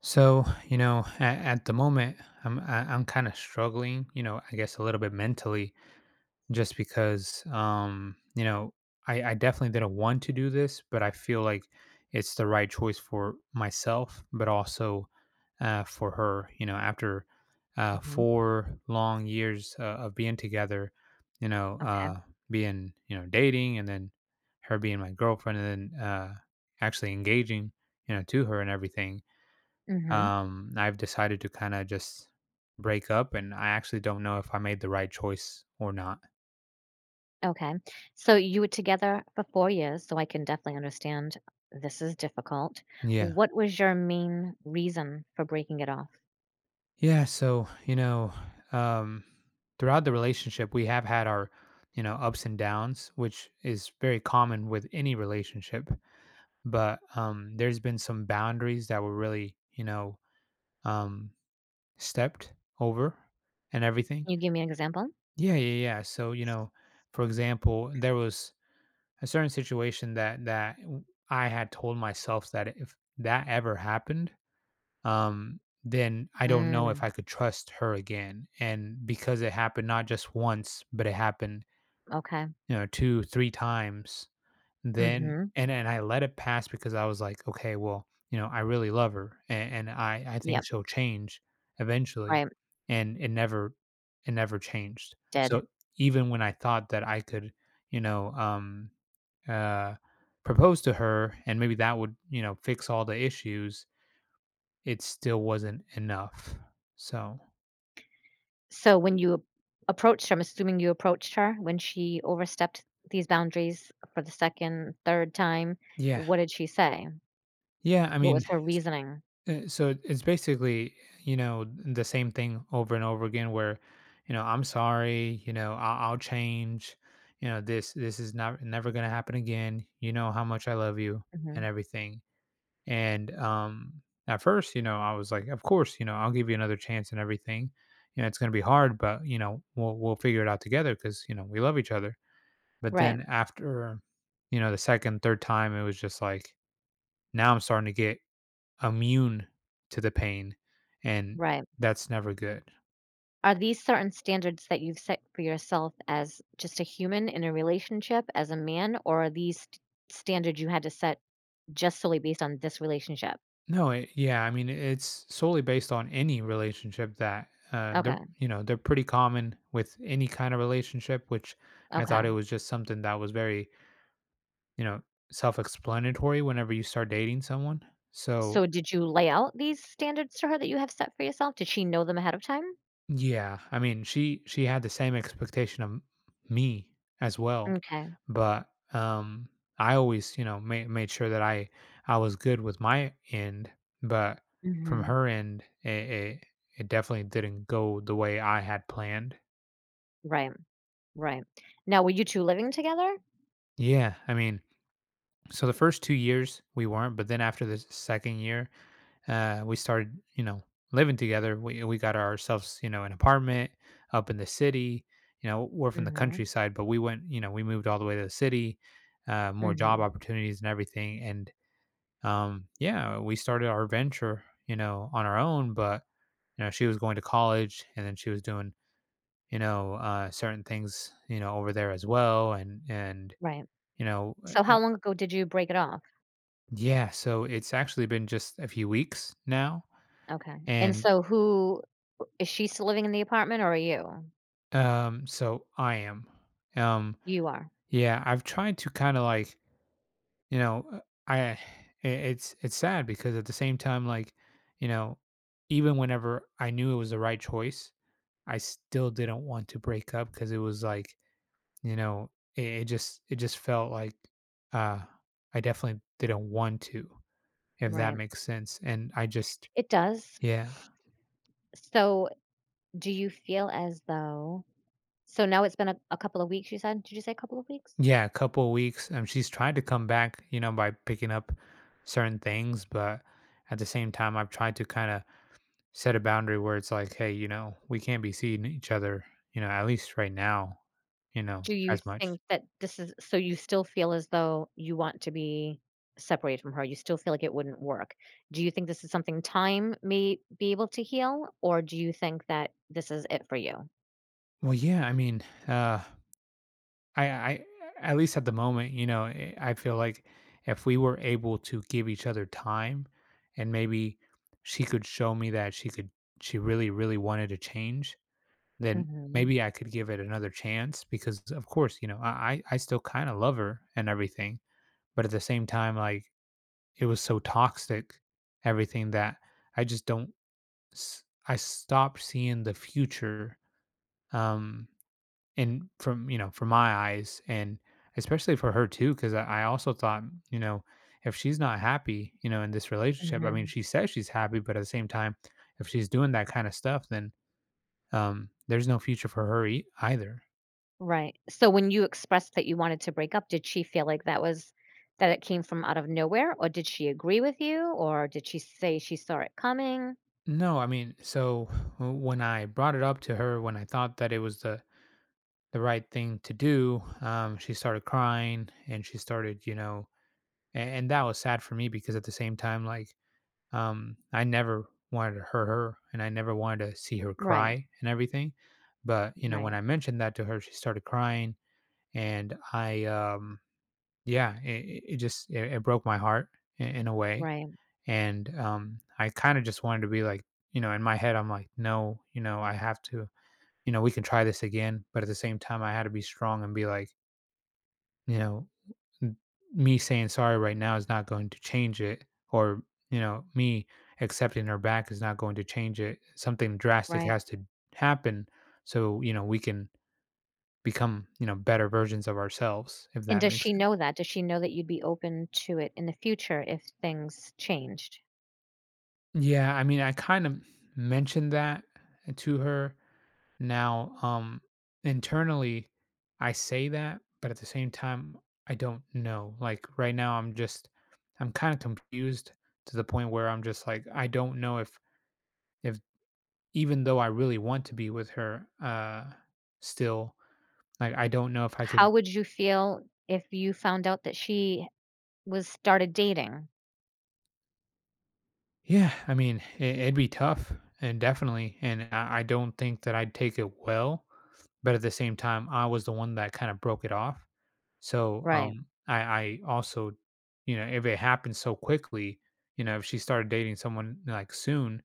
So, at the moment, I'm kind of struggling. I guess a little bit mentally, just because, I definitely didn't want to do this, but I feel like it's the right choice for myself, but also for her. After Mhm, 4 long years of being together, you know, okay, uh, being dating, and then her being my girlfriend, and then actually engaging, to her and everything mhm, um, I've decided to kind of just break up, and I actually don't know if I made the right choice or not. okay. So you were together for 4 years, so I can definitely understand this is difficult. Yeah. What was your main reason for breaking it off? Yeah. So, um, throughout the relationship, we have had our ups and downs, which is very common with any relationship. But there's been some boundaries that were really, um, stepped over and everything. Can you give me an example? Yeah. Yeah. Yeah. So, for example, there was a certain situation that I had told myself that if that ever happened, then I don't know if Mm, I could trust her again. And because it happened not just once, but it happened, okay, two, three times, then mhm, and I let it pass because I was like, "Okay, well, I really love her and I think yep, she'll change eventually." right, And it never changed. did. So even when I thought that I could, you know, um uh propose to her and maybe that would fix all the issues, it still wasn't enough. So, So when you ap approached her, I'm assuming you approached her when she overstepped these boundaries for the 2nd, 3rd time, yeah. what did she say? Yeah, I What was mean, her reasoning? So it's basically, the same thing over and over again where, I'm sorry, I'll change, this is not, never going to happen again. You know how much I love you and Mhm, everything. And, at first, I was like, of course, I'll give you another chance and everything. It's going to be hard, but we'll figure it out together because, we love each other. But right, then after, the second, third time, it was just like, now I'm starting to get immune to the pain, and right. that's never good. Are these certain standards that you've set for yourself as just a human in a relationship, as a man, or are these standards you had to set just solely based on this relationship? No, yeah, I mean, it's solely based on any relationship that Okay, they're pretty common with any kind of relationship, which I thought it okay. was just something that was very, you know, self explanatory whenever you start dating someone. So So did you lay out these standards to her that you have set for yourself? Did she know them ahead of time? yeah, I mean, she had the same expectation of me as well, Okay. but I always, made sure that I was good with my end, but from Mhm. her end, it definitely didn't go the way I had planned. Right, right. Now, were you two living together? Yeah, I mean, so the first 2 years we weren't, but then after the second year, we started, living together. We got ourselves, an apartment up in the city. We're from the Mhm. countryside, but we went, you know, we moved all the way to the city, more job Mhm. opportunities and everything. And yeah, we started our venture, on our own. But she was going to college, and then she was doing, certain things, over there as well. And Right. you know, So uh, how long ago did you break it off? yeah, so it's actually been just a few weeks now, Okay. And and so who is she still living in the apartment, or are you? So I am. Um, You are. yeah, I've tried to kind of like, you know, uh, I it's sad because at the same time, like, you know, even whenever I knew it was the right choice, I still didn't want to break up because it was like, you know, it just felt like uh I definitely didn't want to, if that Right. makes sense. And I just It does. Yeah. So, do you feel as though, now it's been a couple of weeks, you said? Did you say a couple of weeks? Yeah, a couple of weeks. She's tried to come back, by picking up certain things, but at the same time, I've tried to kind of set a boundary where it's like, hey, we can't be seeing each other, at least right now, Do you as much. think that this is, so you still feel as though you want to be separated from her? You still feel like it wouldn't work. Do you think this is something time may be able to heal, or do you think that this is it for you? Well, yeah, I mean, uh, I, I, at least at the moment, I feel like if we were able to give each other time, and maybe she could show me that she could, she really, really wanted to change, then Hmm. maybe I could give it another chance because of course, I still kind of love her and everything, but at the same time, like, it was so toxic, everything, that I just don't s- I stopped seeing the future um and from from my eyes. And especially for her too, because I also thought, you know if she's not happy, in this relationship. I mean, Hmm. she says she's happy, but at the same time, if she's doing that kind of stuff, then there's no future for her either. Right. So when you expressed that you wanted to break up, did she feel like that was, that it came from out of nowhere, or did she agree with you, or did she say she saw it coming? No, I mean, so when I brought it up to her, when I thought that it was the right thing to do, she started crying and she started, and that was sad for me because at the same time, like, I never wanted to hurt her and I never wanted to see her Right, cry and everything. But when right, I mentioned that to her, she started crying, and yeah, it broke my heart in a way, right, and I kind of just wanted to be like, in my head I'm like, "No, I have to, we can try this again." But at the same time, I had to be strong and be like, you know "N- Me saying sorry right now is not going to change it. Or me accepting her back is not going to change it. Something drastic right. has to happen, so we can become, better versions of ourselves, if And that does makes she sense." know that? Does she know that you'd be open to it in the future if things changed? Yeah, I mean, I kind of mentioned that to her. Now, internally, I say that, but at the same time, I don't know. Like right now, I'm kind of confused to the point where I'm just like, I don't know if even though I really want to be with her, still, like, I don't know if I How could. would you feel if you found out that she was started dating? Yeah, I mean, it'd be tough and definitely, and I don't think that I'd take it well. But at the same time, I was the one that kind of broke it off. So, Right, if it happened so quickly, if she started dating someone like soon,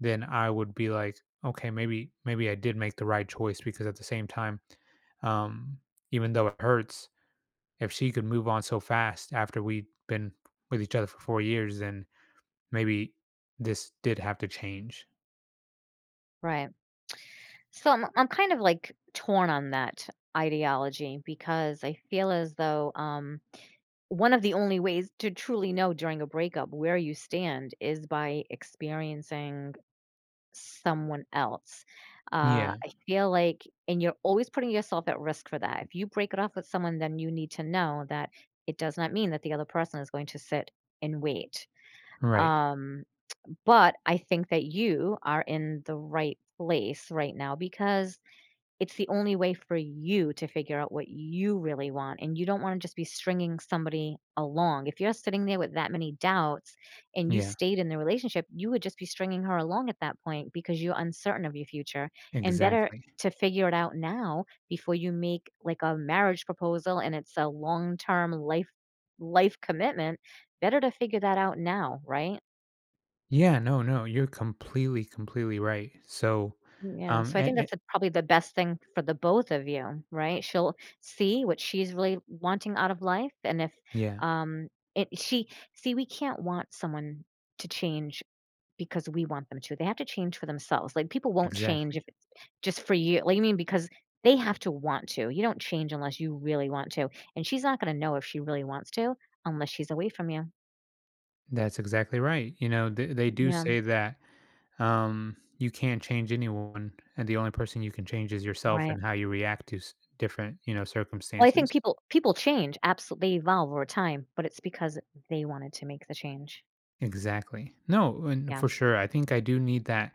then I would be like, okay, maybe I did make the right choice because at the same time, um, even though it hurts, if she could move on so fast after we'd been with each other for 4 years, then maybe this did have to change. right. So I'm kind of like torn on that ideology because I feel as though, one of the only ways to truly know during a breakup where you stand is by experiencing someone else. Yeah. I feel like, and you're always putting yourself at risk for that. If you break it off with someone, then you need to know that it does not mean that the other person is going to sit and wait. Right. Um, but I think that you are in the right place right now because it's the only way for you to figure out what you really want, and you don't wanna just be stringing somebody along. If you're sitting there with that many doubts and you Yeah. stayed in the relationship, you would just be stringing her along at that point because you're uncertain of your future, and better Exactly. to figure it out now before you make, like, a marriage proposal and it's a long-term life commitment. Better to figure that out now, right? Yeah, no, no, you're completely, completely right. So, Yeah, um, so I think a- a- that's the probably the best thing for the both of you, right? She'll see what she's really wanting out of life, and if, yeah, um, it, she, see, we can't want someone to change because we want them to. They have to change for themselves. Like, people won't change if exactly. it's just for you. Like you mean, because they have to want to. You don't change unless you really want to, and she's not going to know if she really wants to unless she's away from you. That's exactly right. They do Yeah, say that you can't change anyone, and the only person you can change is yourself right. and how you react to different, Well, I think circumstances. people change. Absolutely, they evolve over time, but it's because they wanted to make the change. Exactly. No, and Yeah. for sure, I think I do need that,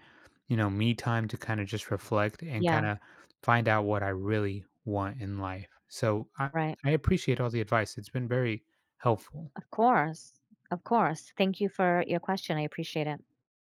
me time to kind of just reflect and Yeah, kind of find out what I really want in life. So I, right. I appreciate all the advice. It's been very helpful. Of course, of course. Thank you for your question, I appreciate it.